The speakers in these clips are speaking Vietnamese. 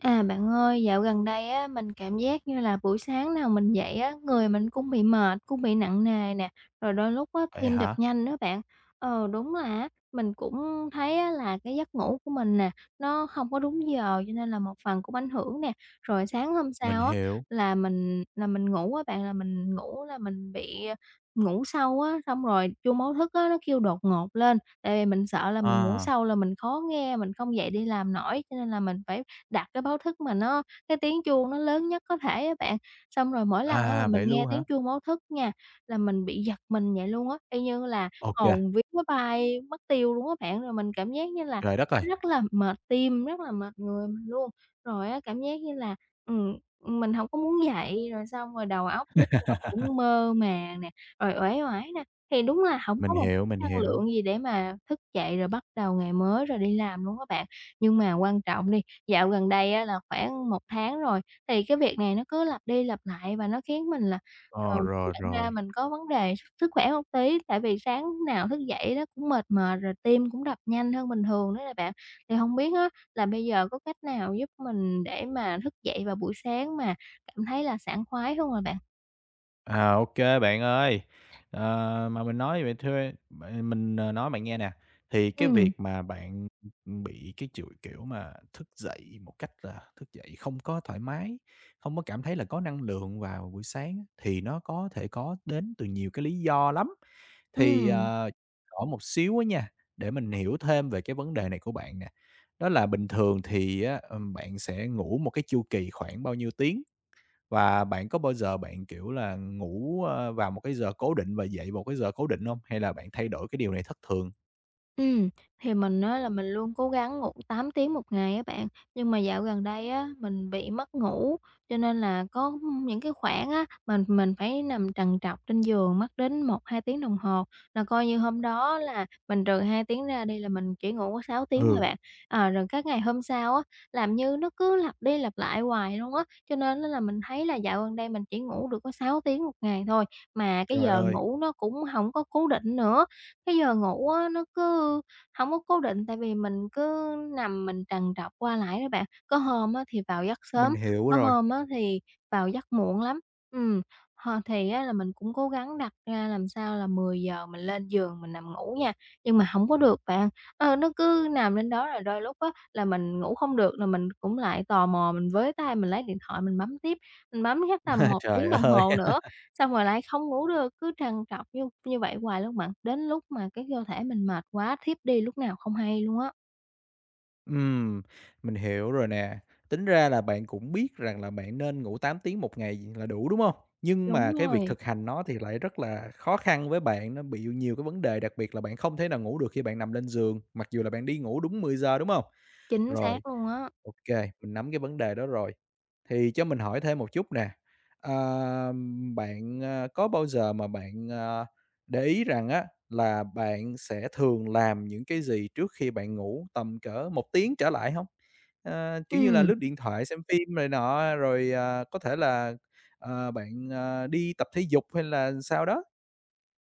À, bạn ơi, dạo gần đây á, mình cảm giác như là buổi sáng nào mình dậy á, người mình cũng bị mệt, cũng bị nặng nề nè, rồi đôi lúc á, Vậy tim đập hả? nhanh nữa bạn. Ờ, đúng là á, mình cũng thấy á, là cái giấc ngủ của mình nè, nó không có đúng giờ cho nên là một phần cũng ảnh hưởng nè. Rồi sáng hôm Mình sau á, hiểu. là mình ngủ á bạn, là mình ngủ là mình bị ngủ sâu á, xong rồi chuông báo thức á, nó kêu đột ngột lên, tại vì mình sợ là mình ngủ À, sâu là mình khó nghe, mình không dậy đi làm nổi cho nên là mình phải đặt cái báo thức mà nó cái tiếng chuông nó lớn nhất có thể á bạn. Xong rồi mỗi lần á mà mình vậy nghe luôn tiếng hả? chuông báo thức nha, là mình bị giật mình vậy luôn á, y như là Ok, hồn vía nó bay mất tiêu luôn á bạn. Rồi mình cảm giác như là trời đất ơi! nó rất là mệt tim, rất là mệt người mình luôn. Rồi á, cảm giác như là, ừm, mình không có muốn dậy, rồi xong rồi đầu óc lúc nào cũng mơ màng nè, rồi uể oải nè. Thì đúng là không có Mình một hiểu, chút mình năng hiểu. lượng gì để mà thức dậy rồi bắt đầu ngày mới rồi đi làm luôn các bạn. Nhưng mà quan trọng đi. Dạo gần đây á là khoảng một tháng rồi, thì cái việc này nó cứ lặp đi lặp lại và nó khiến mình là, ờ, Ờ, rồi, nhận ra rồi. mình có vấn đề sức sức khỏe một tí, tại vì sáng nào thức dậy nó cũng mệt mệt, rồi tim cũng đập nhanh hơn bình thường nữa nè bạn. Thì hông biết á là bây giờ có cách nào giúp mình để mà thức dậy vào buổi sáng mà cảm thấy là sảng khoái hông à bạn? À, OK bạn ơi. Ờ, mà mình nói vậy thôi. Bạn mình, nói bạn nghe nè, thì cái Ừm, việc mà bạn, bị cái chuỗi kiểu mà thức dậy một cách là thức dậy không có thoải mái, không có cảm thấy là có năng lượng vào buổi sáng á, thì nó có thể có đến từ nhiều cái lý do lắm. Thì, ừm. Hỏi một xíu á nha, để mình hiểu thêm về cái vấn đề này của bạn nè. Đó là bình thường thì á, bạn sẽ ngủ một cái chu kỳ khoảng bao nhiêu tiếng? Và bạn có bao giờ bạn, kiểu là, ngủ, vào một cái giờ cố định và dậy vào một cái giờ cố định không? Hay là bạn thay đổi cái điều này thất thường? Ừ, thì mình nói là mình luôn cố gắng ngủ 8 tiếng một ngày á bạn, nhưng mà dạo gần đây á, mình bị mất ngủ, cho nên là có những cái khoảng á, mình phải nằm trằn trọc trên giường mất đến 1 2 tiếng đồng hồ, là coi như hôm đó là mình trừ 2 tiếng ra đi là mình chỉ ngủ có 6 tiếng thôi Ừ, bạn. Ờ, rồi các ngày hôm sau á, làm như nó cứ lặp đi lặp lại hoài luôn á, cho nên á là mình thấy là dạo gần đây mình chỉ ngủ được có 6 tiếng một ngày thôi, mà cái trời giờ ơi, ngủ nó cũng không có cố định nữa. Cái giờ ngủ á, nó cứ hổng có cố định, tại vì mình cứ nằm mình trằn trọc qua lại đó bạn. Có hôm á thì vào giấc mình sớm, hiểu có rồi. hôm á thì vào giấc muộn lắm. Ừm, thì á là mình cũng cố gắng đặt ra làm sao là 10 giờ mình lên giường mình nằm ngủ nha, nhưng mà hổng có được bạn. Ờ, nó cứ nằm lên đó rồi đôi lúc á là mình ngủ không được là mình cũng lại tò mò mình với tay mình lấy điện thoại mình bấm tiếp, mình bấm chắc tầm một Trời tiếng đồng ơi! hồ nữa. Xong rồi lại không ngủ được, cứ trằn trọc như như vậy hoài luôn bạn, đến lúc mà cái cơ thể mình mệt quá, thiếp đi lúc nào không hay luôn á. Ừm, mình hiểu rồi nè. Tính ra là bạn cũng biết rằng là bạn nên ngủ 8 tiếng một ngày là đủ, đúng không? Nhưng Đúng mà cái việc rồi. thực hành nó thì lại rất là khó khăn với bạn, nó bị nhiều cái vấn đề, đặc biệt là bạn không thể nào ngủ được khi bạn nằm lên giường, mặc dù là bạn đi ngủ đúng 10 giờ, đúng không? Chính Rồi, xác luôn á. ok, mình nắm cái vấn đề đó rồi. Thì cho mình hỏi thêm một chút nè, ờ, bạn, có bao giờ mà bạn, để ý rằng á là bạn sẽ thường làm những cái gì trước khi bạn ngủ tầm cỡ một tiếng trở lại không? Ờ, kiểu như là, Ừm. lướt điện thoại, xem phim này nọ, rồi, có thể là, bạn, đi tập thể dục hay là sao đó?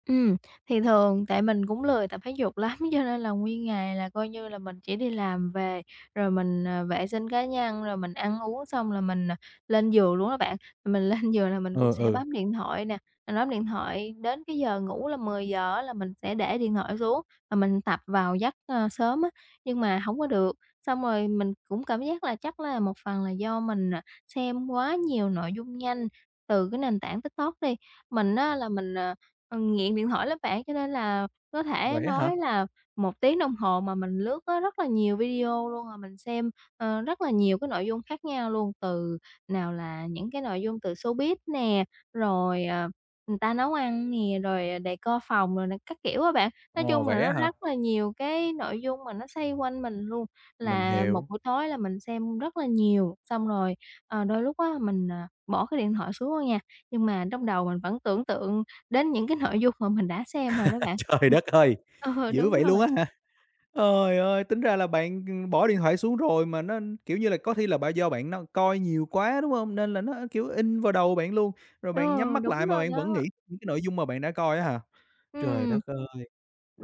Ừ, thì thường tại mình cũng lười tập thể dục lắm, cho nên là nguyên ngày là coi như là mình chỉ đi làm về, rồi mình, vệ sinh cá nhân, rồi mình ăn uống xong là mình, lên giường luôn á bạn. Mình lên giường là mình cũng Ừ, sẽ ừ. bấm điện thoại nè, mình bấm điện thoại đến cái giờ ngủ là 10:00 á là mình sẽ để điện thoại xuống và mình tập vào giấc, sớm á, nhưng mà không có được. Xong rồi mình cũng cảm giác là chắc là một phần là do mình, xem quá nhiều nội dung nhanh từ cái nền tảng TikTok đi. Mình á là mình, ờ, nghiện điện thoại lắm bạn, cho nên là có thể Vậy á hả? nói là 1 tiếng đồng hồ mà mình lướt á rất là nhiều video luôn, rồi mình xem, rất là nhiều cái nội dung khác nhau luôn, từ nào là những cái nội dung từ showbiz nè, rồi, người ta nấu ăn nè, rồi, decor phòng rồi này các kiểu á bạn. Nói Ồ, chung là vậy nó á hả? rất là nhiều cái nội dung mà nó xoay quanh mình luôn, Mình là một hiểu. buổi tối là mình xem rất là nhiều, xong rồi, đôi lúc á mình, bỏ cái điện thoại xuống thôi nha, nhưng mà trong đầu mình vẫn tưởng tượng đến những cái nội dung mà mình đã xem rồi đó bạn. Trời đất ơi! Ờ, Dữ đúng vậy luôn rồi, á hả? Trời ơi, tính ra là bạn, ừ, bỏ điện thoại xuống rồi mà nó, kiểu như là, có khi là bạn do bạn nó coi nhiều quá, đúng không? Nên là nó, kiểu, in vào đầu bạn luôn, rồi bạn nhắm ừ, mắt đúng lại mà rồi bạn vẫn đó. nghĩ những cái nội dung mà bạn đã coi á hả? Trời Ừm. đất ơi!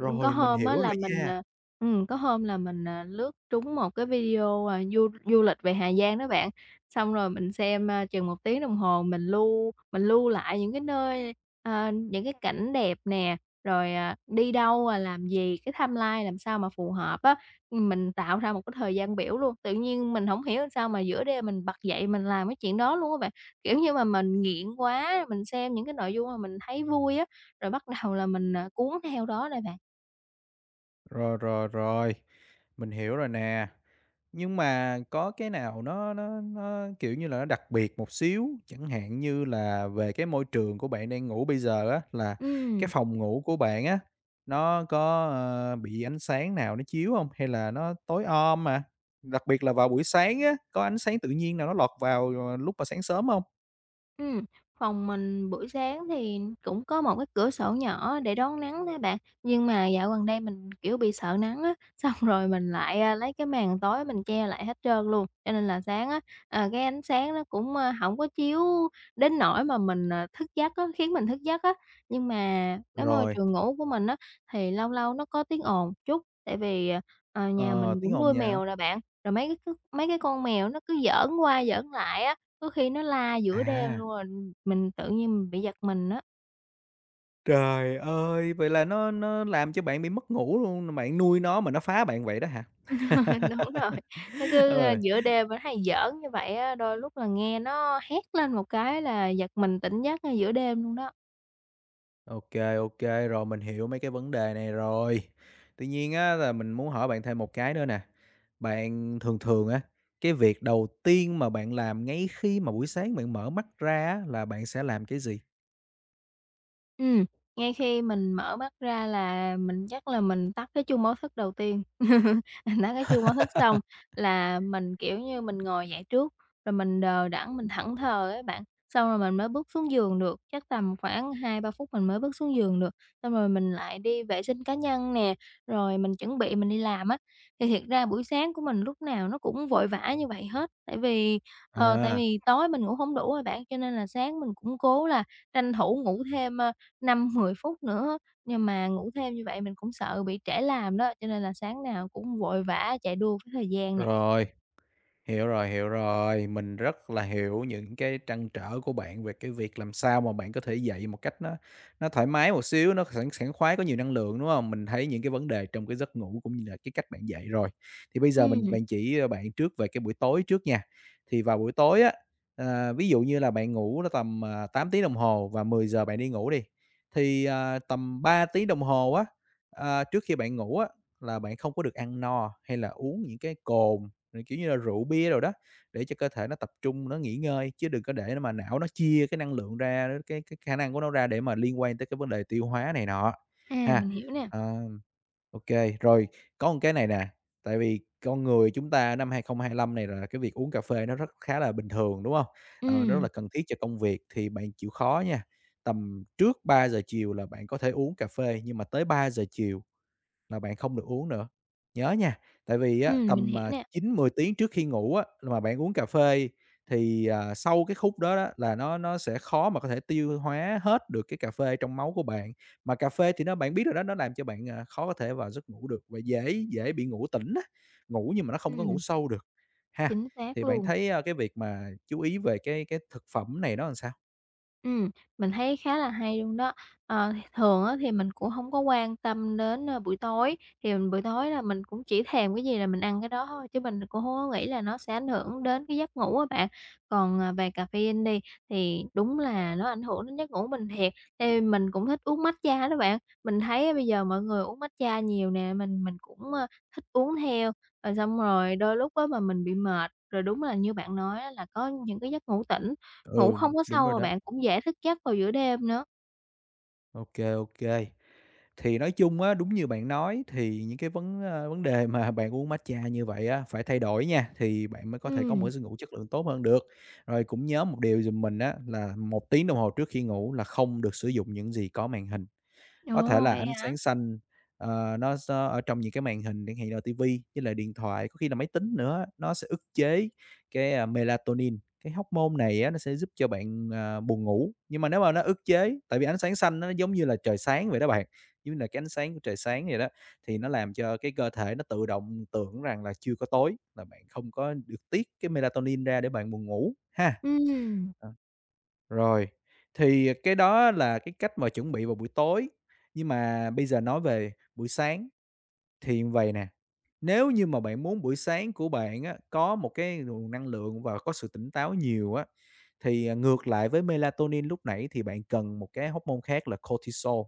Có mình hôm á hiểu là rồi mình, nha. à ừm, có hôm là mình, lướt trúng một cái video, du du lịch về Hà Giang đó bạn, xong rồi mình xem, chừng 1 tiếng đồng hồ mình lưu lại những cái nơi, những cái cảnh đẹp nè, rồi, đi đâu, rồi làm gì, cái timeline làm sao mà phù hợp á. Mình tạo ra một cái thời gian biểu luôn, tự nhiên mình hổng hiểu làm sao mà giữa đêm mình bật dậy mình làm cái chuyện đó luôn á bạn. Kiểu như mà mình nghiện quá, mình xem những cái nội dung mà mình thấy vui á, rồi bắt đầu là mình, cuốn theo đó đây bạn. Rồi, rồi, rồi, mình hiểu rồi nè. Nhưng mà có cái nào nó, kiểu như là, nó đặc biệt một xíu, chẳng hạn như là về cái môi trường của bạn đang ngủ bây giờ á, là cái Ừm, phòng ngủ của bạn á, nó có, bị ánh sáng nào nó chiếu không? Hay là nó tối om mà? Đặc biệt là vào buổi sáng á, có ánh sáng tự nhiên nào nó lọt vào, lúc mà sáng sớm không? ừm, phòng mình buổi sáng thì cũng có một cái cửa sổ nhỏ để đón nắng đó bạn, nhưng mà dạo gần đây mình, kiểu, bị sợ nắng á, xong rồi mình lại, lấy cái màn tối mình che lại hết trơn luôn, cho nên là sáng á, cái ánh sáng nó cũng, hổng có chiếu đến nỗi mà mình, thức giấc á, khiến mình thức giấc á. Nhưng mà cái môi Rồi. trường ngủ của mình á, thì lâu lâu nó có tiếng ồn chút, tại vì, nhà Ờ, mình tiếng cũng ồn nuôi nhào. mèo rồi bạn, rồi mấy cái con mèo nó cứ giỡn qua giỡn lại á, có khi nó la giữa đêm À, luôn rồi mình tự nhiên mình bị giật mình á. trời ơi! Vậy là nó làm cho bạn bị mất ngủ luôn, bạn nuôi nó mà nó phá bạn vậy đó hả? Đúng rồi, nó cứ, Ờ. giữa đêm nó hay giỡn như vậy á, đôi lúc là nghe nó hét lên một cái là giật mình tỉnh giấc ngay giữa đêm luôn đó. OK, OK, rồi mình hiểu mấy cái vấn đề này rồi. Tuy nhiên á là mình muốn hỏi bạn thêm một cái nữa nè. Bạn thường thường á, cái việc đầu tiên mà bạn làm ngay khi mà buổi sáng bạn mở mắt ra á là bạn sẽ làm cái gì? Ừm, ngay khi mình mở mắt ra là mình chắc là mình tắt cái chuông báo thức đầu tiên. Mình tắt cái chuông báo thức xong là mình, kiểu như, mình ngồi dậy trước, rồi mình đờ đẫn, mình thẫn thờ ấy bạn, xong rồi mình mới bước xuống giường được, chắc tầm khoảng 2 3 phút mình mới bước xuống giường được. Xong rồi mình lại đi vệ sinh cá nhân nè, rồi mình chuẩn bị mình đi làm á. Thì thiệt ra buổi sáng của mình lúc nào nó cũng vội vã như vậy hết, tại vì, ờ, tại À, vì tối mình ngủ không đủ rồi bạn, cho nên là sáng mình cũng cố là tranh thủ ngủ thêm, 5 10 phút nữa, nhưng mà ngủ thêm như vậy mình cũng sợ bị trễ làm đó, cho nên là sáng nào cũng vội vã chạy đua với thời gian nè. rồi. Hiểu rồi, hiểu rồi. Mình rất là hiểu những cái trăn trở của bạn về cái việc làm sao mà bạn có thể dậy một cách nó thoải mái một xíu, nó sảng sảng khoái, có nhiều năng lượng, đúng không? Mình thấy những cái vấn đề trong cái giấc ngủ cũng như là cái cách bạn dậy rồi. Thì bây giờ mình Ừm, bạn chỉ, bạn trước về cái buổi tối trước nha. Thì vào buổi tối á, ví dụ như là bạn ngủ nó tầm, 8 tiếng đồng hồ và 10 giờ bạn đi ngủ đi, thì, tầm 3 tiếng đồng hồ á, trước khi bạn ngủ á, là bạn không có được ăn no hay là uống những cái cồn rồi, kiểu như là, rượu bia rồi đó, để cho cơ thể nó tập trung nó nghỉ ngơi, chứ đừng có để nó mà não nó chia cái năng lượng ra, cái khả năng của nó ra để mà liên quan tới cái vấn đề tiêu hóa này nọ à, ha. mình hiểu nè. Ờ, ô, rồi có một cái này nè, tại vì con người chúng ta 2025 này là cái việc uống cà phê nó rất khá là bình thường, đúng không? Ờ, nó rất Ừm, là cần thiết cho công việc thì bạn chịu khó nha, tầm trước 3 giờ chiều là bạn có thể uống cà phê, nhưng mà tới 3 giờ chiều là bạn không được uống nữa. Nhớ nha, tại vì á, mình tầm, hiểu nè. 9 10 tiếng trước khi ngủ á, mà bạn uống cà phê thì, sau cái khúc đó đó là nó sẽ khó mà có thể tiêu hóa hết được cái cà phê trong máu của bạn. Mà cà phê thì nó bạn biết rồi đó, nó làm cho bạn, khó có thể vào giấc ngủ được và dễ dễ bị ngủ tỉnh á, ngủ nhưng mà nó không có ngủ Ừm, sâu được. Ha, chính xác thì bạn luôn. thấy, a, cái việc mà chú ý về cái thực phẩm này nó làm sao? Ừm, mình thấy khá là hay luôn đó. Ờ, thường á thì mình cũng hông có quan tâm đến, buổi tối, thì mình buổi tối là mình cũng chỉ thèm cái gì là mình ăn cái đó thôi, chứ mình cũng hông có nghĩ là nó sẽ ảnh hưởng đến cái giấc ngủ á bạn. Còn, về caffeine đi, thì đúng là nó ảnh hưởng đến giấc ngủ mình thiệt. Ê, mình cũng thích uống matcha đó bạn, mình thấy á bây giờ mọi người uống matcha nhiều nè, mình cũng, thích uống theo. Rồi xong rồi đôi lúc á mà mình bị mệt, rồi đúng là như bạn nói á là có những cái giấc ngủ tỉnh, ngủ Ừ, không có đúng sâu, rồi à đó. bạn, cũng dễ thức giấc vào giữa đêm nữa. Ok ok. Thì nói chung á, đúng như bạn nói thì những cái vấn đề mà bạn uống matcha như vậy á, phải thay đổi nha, thì bạn mới có thể có một Ừm, cái giấc ngủ chất lượng tốt hơn được. Rồi cũng nhớ một điều giùm mình á, là 1 tiếng đồng hồ trước khi ngủ là không được sử dụng những gì có màn hình. Có thể ồ, là vậy ánh hả? sáng xanh, nó s ở trong những cái màn hình chẳng hạn là ti với lại điện thoại, có khi là máy tính nữa, nó sẽ ức chế cái, melatonin. Cái hormone này á, nó sẽ giúp cho bạn, buồn ngủ, nhưng mà nếu mà nó ức chế tại vì ánh sáng xanh nó giống như là trời sáng vậy đó bạn, giống như là cái ánh sáng của trời sáng vậy đó, thì nó làm cho cái cơ thể nó tự động tưởng rằng là chưa có tối, là bạn không có được tiết cái melatonin ra để bạn buồn ngủ ha. Ừm, Rồi, thì cái đó là cái cách mà chuẩn bị vào buổi tối, nhưng mà bây giờ nói về buổi sáng thì như vầy nè, nếu như mà bạn muốn buổi sáng của bạn á, có một cái nguồn năng lượng và có sự tỉnh táo nhiều á, thì, ngược lại với melatonin lúc nãy thì bạn cần một cái hormone khác là cortisol.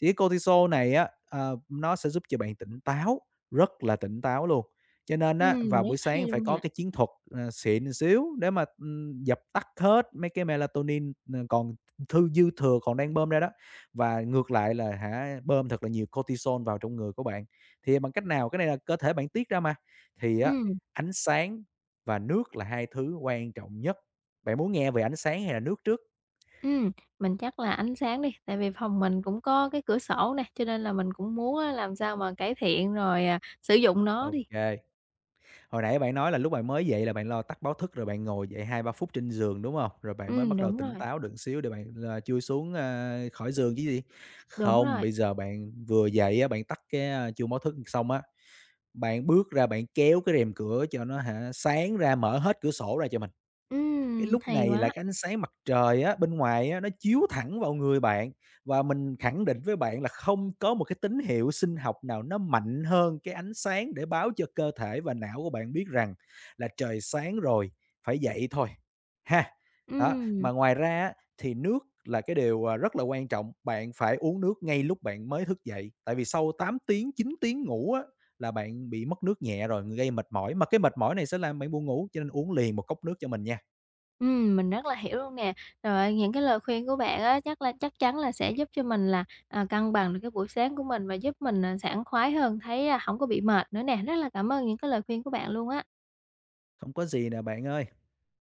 Thì cái cortisol này á, nó sẽ giúp cho bạn tỉnh táo, rất là tỉnh táo luôn. Cho nên á, vào rất buổi hay sáng phải luôn có nè. cái chiến thuật, xịn xíu để mà, dập tắt hết mấy cái melatonin, còn dư thừa còn đang bơm ra đó, và ngược lại là hả, bơm thật là nhiều cortisol vào trong người của bạn. Thì bằng cách nào? Cái này là cơ thể bạn tiết ra mà. Thì á, Ừm, ánh sáng và nước là hai thứ quan trọng nhất. Bạn muốn nghe về ánh sáng hay là nước trước? ừm, mình chắc là ánh sáng đi, tại vì phòng mình cũng có cái cửa sổ nè, cho nên là mình cũng muốn á làm sao mà cải thiện rồi, sử dụng nó đi. Ok. Hồi nãy bạn nói là lúc bạn mới dậy là bạn lo tắt báo thức rồi bạn ngồi dậy 2 3 phút trên giường, đúng không? Rồi bạn mới bắt đầu Đúng tỉnh rồi, táo được xíu để bạn là chui xuống, a, khỏi giường chứ gì. đúng Không, rồi. bây giờ bạn vừa dậy á, bạn tắt cái, a, chuông báo thức xong á, bạn bước ra bạn kéo cái rèm cửa cho nó hả, sáng ra, mở hết cửa sổ ra cho mình. Cái lúc Hay này là quá, cái ánh sáng mặt trời á, bên ngoài á, nó chiếu thẳng vào người bạn và mình khẳng định với bạn là không có một cái tín hiệu sinh học nào nó mạnh hơn cái ánh sáng để báo cho cơ thể và não của bạn biết rằng là trời sáng rồi, phải dậy thôi, ha. Đó, ừm. mà ngoài ra á, thì nước là cái điều, rất là quan trọng, bạn phải uống nước ngay lúc bạn mới thức dậy, tại vì sau 8 tiếng, 9 tiếng ngủ á, là bạn bị mất nước nhẹ rồi, gây mệt mỏi, mà cái mệt mỏi này sẽ làm bạn buồn ngủ, cho nên uống liền một cốc nước cho mình nha. Mình rất là hiểu luôn nè. Rồi những cái lời khuyên của bạn á, chắc là chắc chắn là sẽ giúp cho mình là, cân bằng được cái buổi sáng của mình và giúp mình, sảng khoái hơn, thấy, hổng có bị mệt nữa nè. Rất là cảm ơn những cái lời khuyên của bạn luôn á. Không có gì nè bạn ơi.